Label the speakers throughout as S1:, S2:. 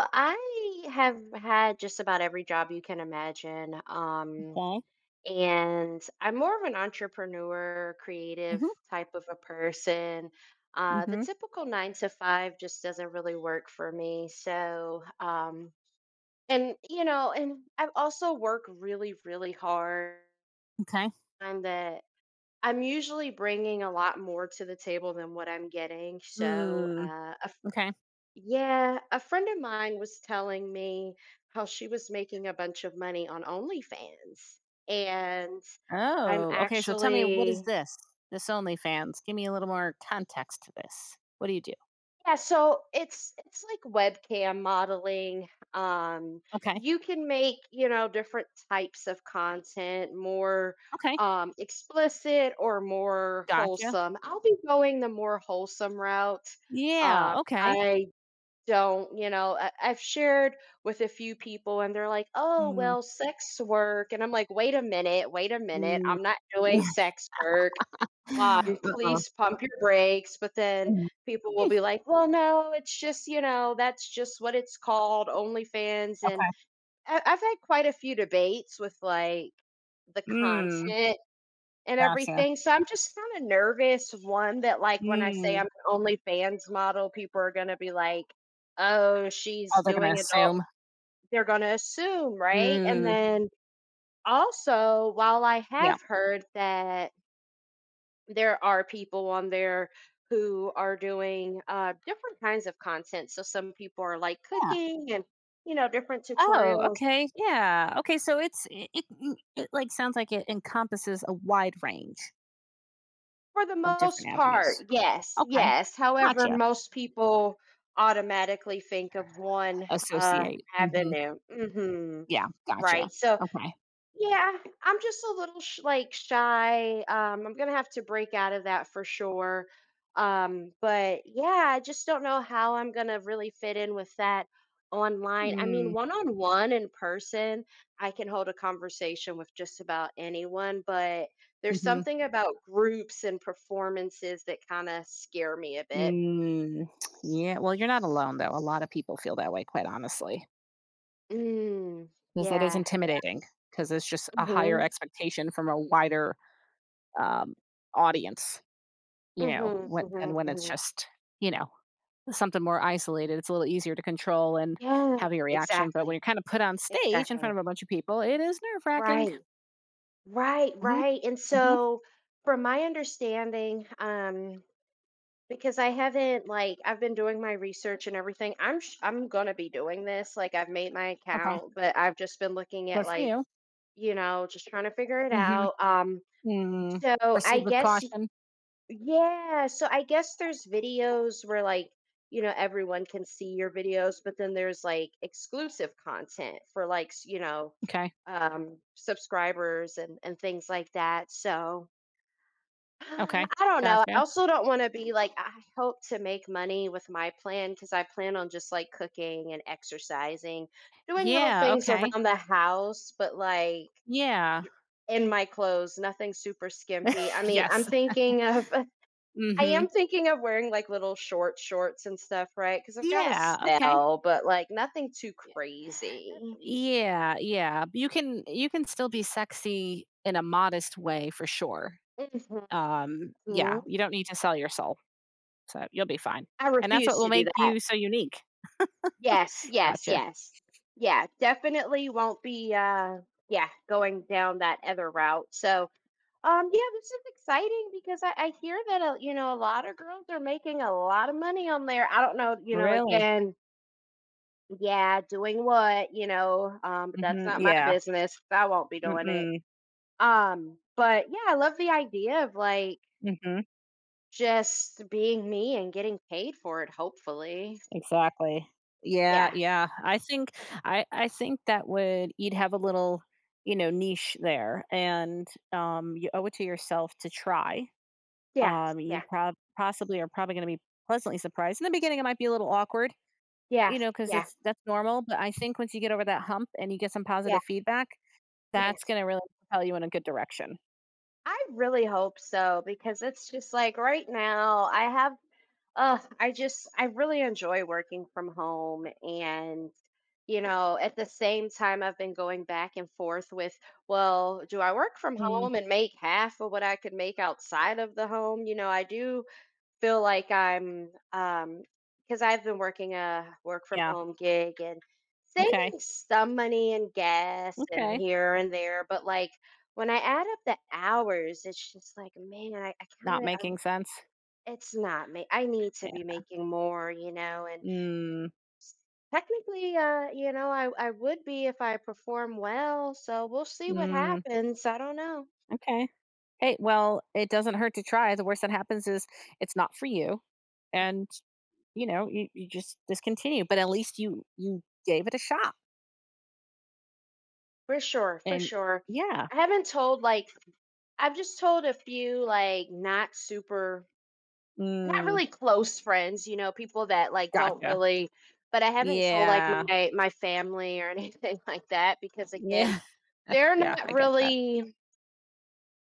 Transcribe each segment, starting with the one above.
S1: I have had just about every job you can imagine. Um,
S2: Okay.
S1: and I'm more of an entrepreneur, creative
S2: Mhm.
S1: type of a person. The
S2: Mhm.
S1: typical 9 to 5 just doesn't really work for me. And I also work really, really hard.
S2: Okay.
S1: And that I'm usually bringing a lot more to the table than what I'm getting. So,
S2: Hmm.
S1: a
S2: Okay.
S1: yeah, a friend of mine was telling me how she was making a bunch of money on OnlyFans. And I'm
S2: Oh. Okay. So tell me, what is
S1: actually
S2: this? This OnlyFans. Give me a little more context to this. What do you do?
S1: yeah, so it's like webcam modeling. Um
S2: Okay.
S1: you can make, different types of content, more
S2: Okay.
S1: explicit or more
S2: Gotcha.
S1: wholesome. I'll be going the more wholesome route. Um
S2: Yeah. Okay.
S1: I don't, I've shared with a few people and they're like, oh,
S2: Mm.
S1: well, sex work. And I'm like, wait a minute, wait a minute.
S2: Mm.
S1: I'm not doing sex work. Um,
S2: Uh-oh.
S1: please pump your brakes. But then
S2: Mm. Mm.
S1: people will be like, well, no, it's just, that's just what it's called, OnlyFans. And
S2: Okay.
S1: I've had quite a few debates with like the
S2: Mm.
S1: content and
S2: Gotcha.
S1: everything. So I'm just kind of nervous. One, that like when I say
S2: Mm.
S1: I'm an OnlyFans model, people are going to be like, oh,
S2: Oh,
S1: she's
S2: they're gonna
S1: doing adult.
S2: assume.
S1: They're going to assume, right? And
S2: Mm.
S1: then also, while I have
S2: Yeah.
S1: heard that there are people on there who are doing different kinds of content. So some people are like
S2: Yeah.
S1: cooking and, different
S2: Oh,
S1: tutorials.
S2: okay. Yeah. Okay. So it like sounds like it encompasses a wide range
S1: For the
S2: of different
S1: most
S2: avenues.
S1: part, yes,
S2: Okay.
S1: yes. However,
S2: Gotcha.
S1: most people automatically think of one
S2: Associate. Mhm.
S1: avenue. Mhm.
S2: Yeah, gotcha.
S1: Right. So
S2: Okay.
S1: yeah, I'm just a little shy, I'm gonna have to break out of that for sure, but, yeah, I just don't know how I'm gonna really fit in with that online. I mean,
S2: Mm,
S1: one-on-one in person, I can hold a conversation with just about anyone, but there's
S2: mhm.
S1: something about groups and performances that kinda scare me a bit.
S2: Mm, yeah, well, you're not alone, though. A lot of people feel that way, quite honestly,
S1: Mm,
S2: because it is
S1: yeah, yeah,
S2: intimidating. Because it's just a higher
S1: mhm,
S2: expectation from a wider, um, audience,
S1: mhm,
S2: when than
S1: mhm,
S2: when it's
S1: mhm.
S2: just, you know, something more isolated. It's a little easier to control and
S1: Yeah,
S2: have your reaction, but when
S1: exactly,
S2: you're kinda put on stage in front
S1: exactly,
S2: of a bunch of people, it is nerve-wracking.
S1: right. Right,
S2: Mhm,
S1: right. And
S2: mhm.
S1: so from my understanding, because I haven't like I've been doing my research and everything. I'm gonna be doing this. Like I've made my
S2: Okay.
S1: account, but I've just been looking at
S2: Good for
S1: like,
S2: you.
S1: just trying to figure it
S2: Mhm.
S1: out. Um,
S2: Mm,
S1: so I
S2: Proceed with
S1: guess y-
S2: caution.
S1: yeah, so I guess there's videos where like, everyone can see your videos, but then there's like exclusive content for you know,
S2: Okay,
S1: subscribers and things like that. So uh,
S2: okay,
S1: I don't know. I
S2: gotcha.
S1: also don't want to be like I hope to make money with my plan because I plan on just like cooking and exercising, doing little
S2: Yeah,
S1: things
S2: okay.
S1: around the house, but like
S2: Yeah.
S1: in my clothes, nothing super skimpy. I mean, I'm
S2: Yes.
S1: thinking of I
S2: Mhm.
S1: am thinking of wearing like little short shorts and stuff, right? Because I've got a
S2: Yeah, okay.
S1: sell, but like nothing too crazy.
S2: Yeah, yeah. You can still be sexy in a modest way for sure. Yeah,
S1: Mhm.
S2: you don't need to sell your soul, so you'll be fine.
S1: I
S2: And that's what
S1: refuse
S2: will
S1: to do
S2: make
S1: that.
S2: you so unique.
S1: Yes, yes,
S2: Gotcha.
S1: yes. Yeah, definitely won't be yeah, going down that other route. So, yeah, this is exciting because I hear that you know a lot of girls are making a lot of money on there. I don't know, you know,
S2: Really?
S1: again, yeah, doing what, you know, but that's
S2: Mhm.
S1: not my
S2: Yeah.
S1: business. I won't be doing it.
S2: Mm-mm.
S1: But yeah, I love the idea of like
S2: Mhm.
S1: just being me and getting paid for it hopefully.
S2: Exactly. Yeah,
S1: Yeah.
S2: yeah. I think that would you'd have a little, niche there and you owe it to yourself to try.
S1: Yeah,
S2: Um you
S1: yeah,
S2: prob- possibly are probably going to be pleasantly surprised. In the beginning it might be a little awkward,
S1: yeah,
S2: cuz
S1: yeah,
S2: it's that's normal, but I think once you get over that hump and you get some
S1: yeah,
S2: positive feedback, that's
S1: yeah.
S2: going to really propel you in a good direction.
S1: I really hope so because it's just like right now I have I really enjoy working from home and you know at the same time I've been going back and forth with well do I work from
S2: Mm,
S1: home and make half of what I could make outside of the home. You know I do feel like I'm because I've been working a work from
S2: yeah.
S1: home gig and saving
S2: Okay.
S1: some money and gas and
S2: Okay.
S1: here and there, but like when I add up the hours, it's just like, man, I kind
S2: Not
S1: of,
S2: making sense.
S1: it's not me. I need to
S2: Yeah.
S1: be making more, you know. And
S2: Mm.
S1: technically, you know, I would be if I perform well. So we'll see what
S2: Mm.
S1: happens. I don't know
S2: Okay. Hey, well, it doesn't hurt to try. The worst that happens is it's not for you, and you just discontinue. But at least you gave it a shot,
S1: for sure, for
S2: and
S1: sure.
S2: yeah,
S1: I haven't told like I've just told a few like not super not
S2: mm,
S1: really close friends, you know, people that like don't
S2: gotcha.
S1: really but I haven't told like
S2: Yeah,
S1: my family or anything like that because again,
S2: yeah,
S1: they're
S2: yeah.
S1: not
S2: I get that.
S1: really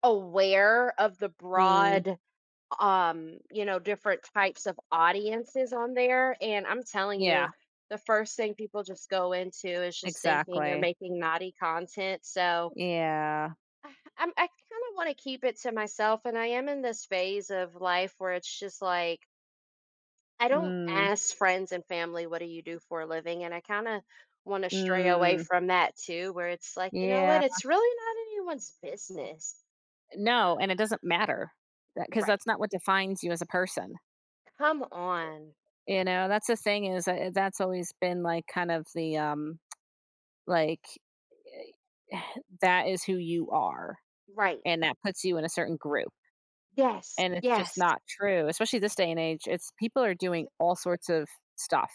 S1: aware of the
S2: Mm,
S1: broad you know, different types of audiences on there and I'm telling you
S2: yeah,
S1: the first thing people just go into is just thinking you're
S2: exactly.
S1: making naughty content. So
S2: Yeah.
S1: I- I'm, I kind of want to keep it to myself. And I am in this phase of life where it's just like, I don't
S2: Mm,
S1: ask friends and family, "What do you do for a living?" And I kinda wanna stray away
S2: mm,
S1: from that too, where it's like, you know
S2: yeah.
S1: what? It's really not anyone's business.
S2: No, and it doesn't matter because
S1: Right.
S2: that's not what defines you as a person.
S1: Come on.
S2: You know, that's the thing is that's always been like kind of the like, eh, that is who you are,
S1: Right.
S2: and that puts you in a certain group,
S1: Yes.
S2: and it's just
S1: Yes.
S2: not true, especially this day and age. It's people are doing all sorts of stuff,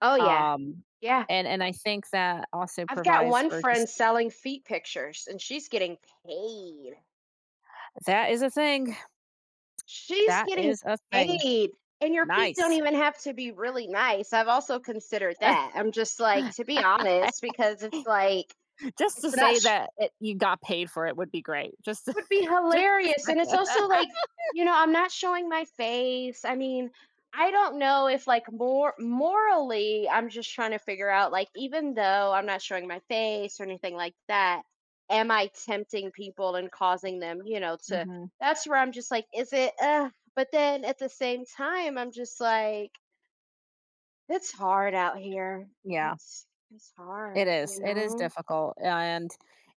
S1: Oh, yeah.
S2: um,
S1: Yeah.
S2: and I think that also
S1: I've got
S2: provides
S1: one
S2: for just.
S1: friend selling feet pictures, and she's getting paid.
S2: That is a thing.
S1: She's
S2: That
S1: getting
S2: is a thing.
S1: paid, and your feet don't
S2: Nice.
S1: even have to be really nice. I've also considered that. I'm just like, to be honest, because it's like,
S2: Just to
S1: it's not
S2: say
S1: sure
S2: that you got paid for it would be great. Just to,
S1: would be
S2: just to
S1: hilarious,
S2: say
S1: and it's
S2: it.
S1: also like, you know, I'm not showing my face. I mean, I don't know if like more morally, I'm just trying to figure out like even though I'm not showing my face or anything like that, am I tempting people and causing them, you know, to
S2: Mhm.
S1: that's where I'm just like, is it, but then at the same time I'm just like, it's hard out here.
S2: Yeah,
S1: It's it's
S2: it
S1: hard,
S2: is.
S1: you
S2: It is
S1: know?
S2: difficult, and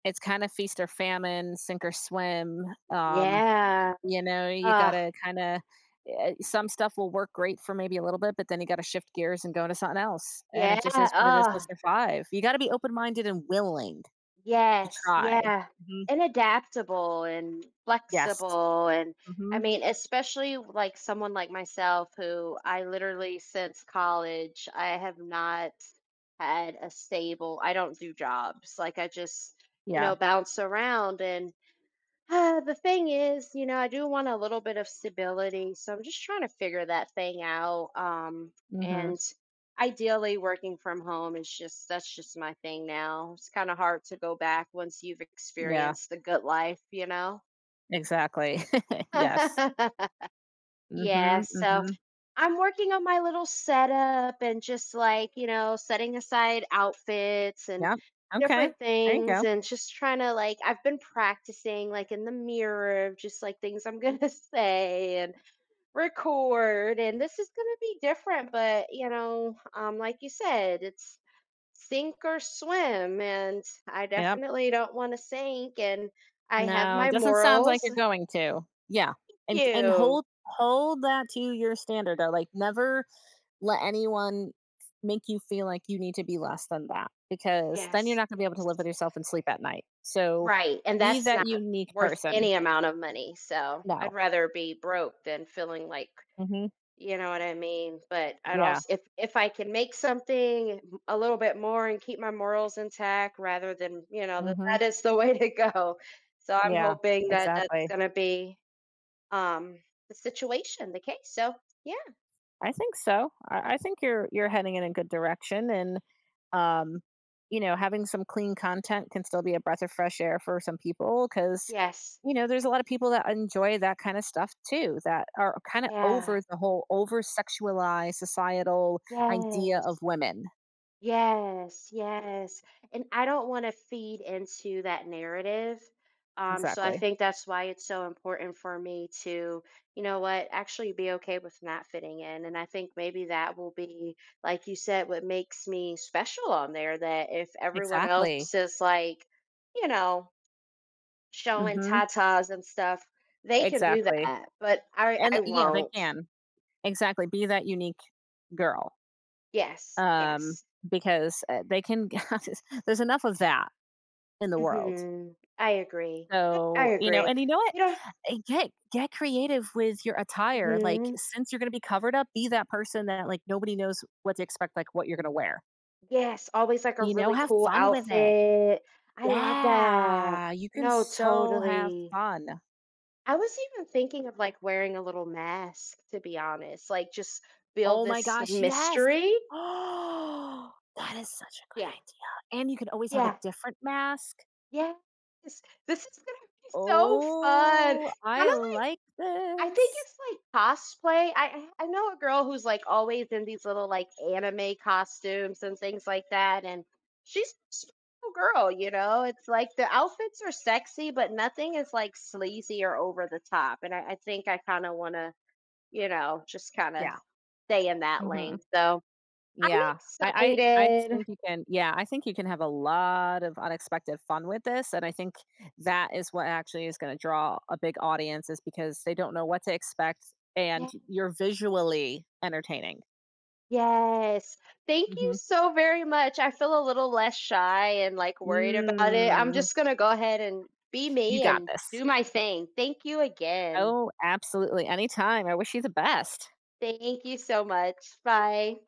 S2: it's kind of feast or famine, sink or swim,
S1: Yeah.
S2: you know, you
S1: Uh
S2: gotta kinda some stuff will work great for maybe a little bit, but then you gotta shift gears and go into something else, and
S1: yeah,
S2: it just is what it is to survive. You gotta be open-minded and willing to
S1: yes,
S2: try.
S1: yeah.
S2: Mhm.
S1: And adaptable and
S2: Yes.
S1: flexible and I
S2: Mhm.
S1: mean, especially like someone like myself who I literally since college I have not had a stable. I don't do jobs. Like I just, you
S2: Yeah.
S1: know, bounce around and the thing is, you know, I do want a little bit of stability, so I'm just trying to figure that thing out. Um,
S2: Mhm.
S1: and ideally, working from home is just that's just my thing now. It's kind of hard to go back once you've
S2: Yeah,
S1: experienced the good life, you know.
S2: exactly. Yes.
S1: yeah,
S2: Mhm,
S1: so
S2: mhm.
S1: I'm working on my little setup and just like, you know, setting aside outfits and
S2: Yep. Okay.
S1: different
S2: There you
S1: things
S2: go.
S1: and just trying to like I've been practicing like in the mirror of just like things I'm going to say and record and this is going to be different but you know, like you said, it's sink or swim and I
S2: Yep.
S1: definitely don't want to sink and I have
S2: No, it
S1: my
S2: doesn't sound like
S1: morals.
S2: you're going to. Yeah, and
S1: You.
S2: hold that to your standard though, like, never let anyone make you feel like you need to be less than that because then you're
S1: Yes.
S2: not going to be able to live with
S1: Yes.
S2: yourself and sleep at night. So
S1: Right, and
S2: be
S1: that's
S2: that
S1: not
S2: unique
S1: worth
S2: person.
S1: any amount of money, so
S2: No.
S1: I'd rather be broke than feeling like
S2: Hmm.
S1: you know what I mean? But I'd
S2: Yeah.
S1: also if I can make something a little bit more and keep my morals intact rather than, you know,
S2: Hmm.
S1: that is the way to go. So I'm
S2: Yeah.
S1: hoping that that's
S2: Exactly.
S1: gonna be, um, the situation, the case, so yeah.
S2: I think so. I think you're heading in a good direction, and um, having some clean content can still be a breath of fresh air for some people because
S1: Yes.
S2: there's a lot of people that enjoy that kind of stuff too that are kind of over
S1: Yeah.
S2: the whole over sexualized societal idea of
S1: Yes.
S2: women.
S1: Yes, yes. And I don't want to feed into that narrative. So I
S2: Exactly.
S1: think that's why it's so important for me to, you know what, actually be okay with not fitting in. And I think maybe that will be, like you said, what makes me special on there. That if everyone
S2: Exactly.
S1: else is like, you know, showing
S2: Mm-hmm.
S1: tatas and stuff, they can do
S2: Exactly.
S1: that, but
S2: And
S1: I
S2: yeah, they
S1: won't.
S2: can exactly be that unique girl.
S1: Yes,
S2: Um,
S1: yes.
S2: because they can. There's enough of that in the world.
S1: Hmm. I agree. I
S2: So,
S1: agree.
S2: and you know what?
S1: You don't.
S2: Get creative with your attire. Like
S1: Mhm.
S2: since you're going to be covered up, be that person that like nobody knows what to expect like what you're going to wear.
S1: Yes, always like a
S2: You know,
S1: really
S2: have
S1: cool
S2: fun with it.
S1: outfit. I love that.
S2: Yeah, you can
S1: No,
S2: so have
S1: totally.
S2: fun.
S1: I was even thinking of like wearing a little mask, to be honest, like just build
S2: Oh my
S1: this
S2: gosh, yes.
S1: mystery.
S2: Oh, that is such a good
S1: Yeah,
S2: idea. And you can always have a
S1: yeah,
S2: different mask.
S1: yeah. This, this is gonna be so fun.
S2: Oh,
S1: Kind
S2: I
S1: of
S2: like
S1: I think
S2: this.
S1: it's like cosplay. I know a girl who's like always in these little like anime costumes and things like that, and she's a cool girl, you know. It's like the outfits are sexy, but nothing is like sleazy or over the top. And I think I kind of want to, you know, just kind of
S2: Yeah.
S1: stay in that
S2: Hmm.
S1: lane. So I'm
S2: Yeah. I
S1: excited.
S2: think you can, yeah, I think you can have a lot of unexpected fun with this, and I think that is what actually is gonna draw a big audience is because they don't know what to expect, and you're visually entertaining.
S1: Yes. Thank you
S2: Mhm.
S1: so very much. I feel a little less shy and like worried about it. I'm
S2: Mm.
S1: just going to go ahead and be
S2: You
S1: me
S2: got
S1: and
S2: this.
S1: do my thing. Thank you again.
S2: Oh, absolutely, anytime, I wish you the best.
S1: Thank you so much. Bye.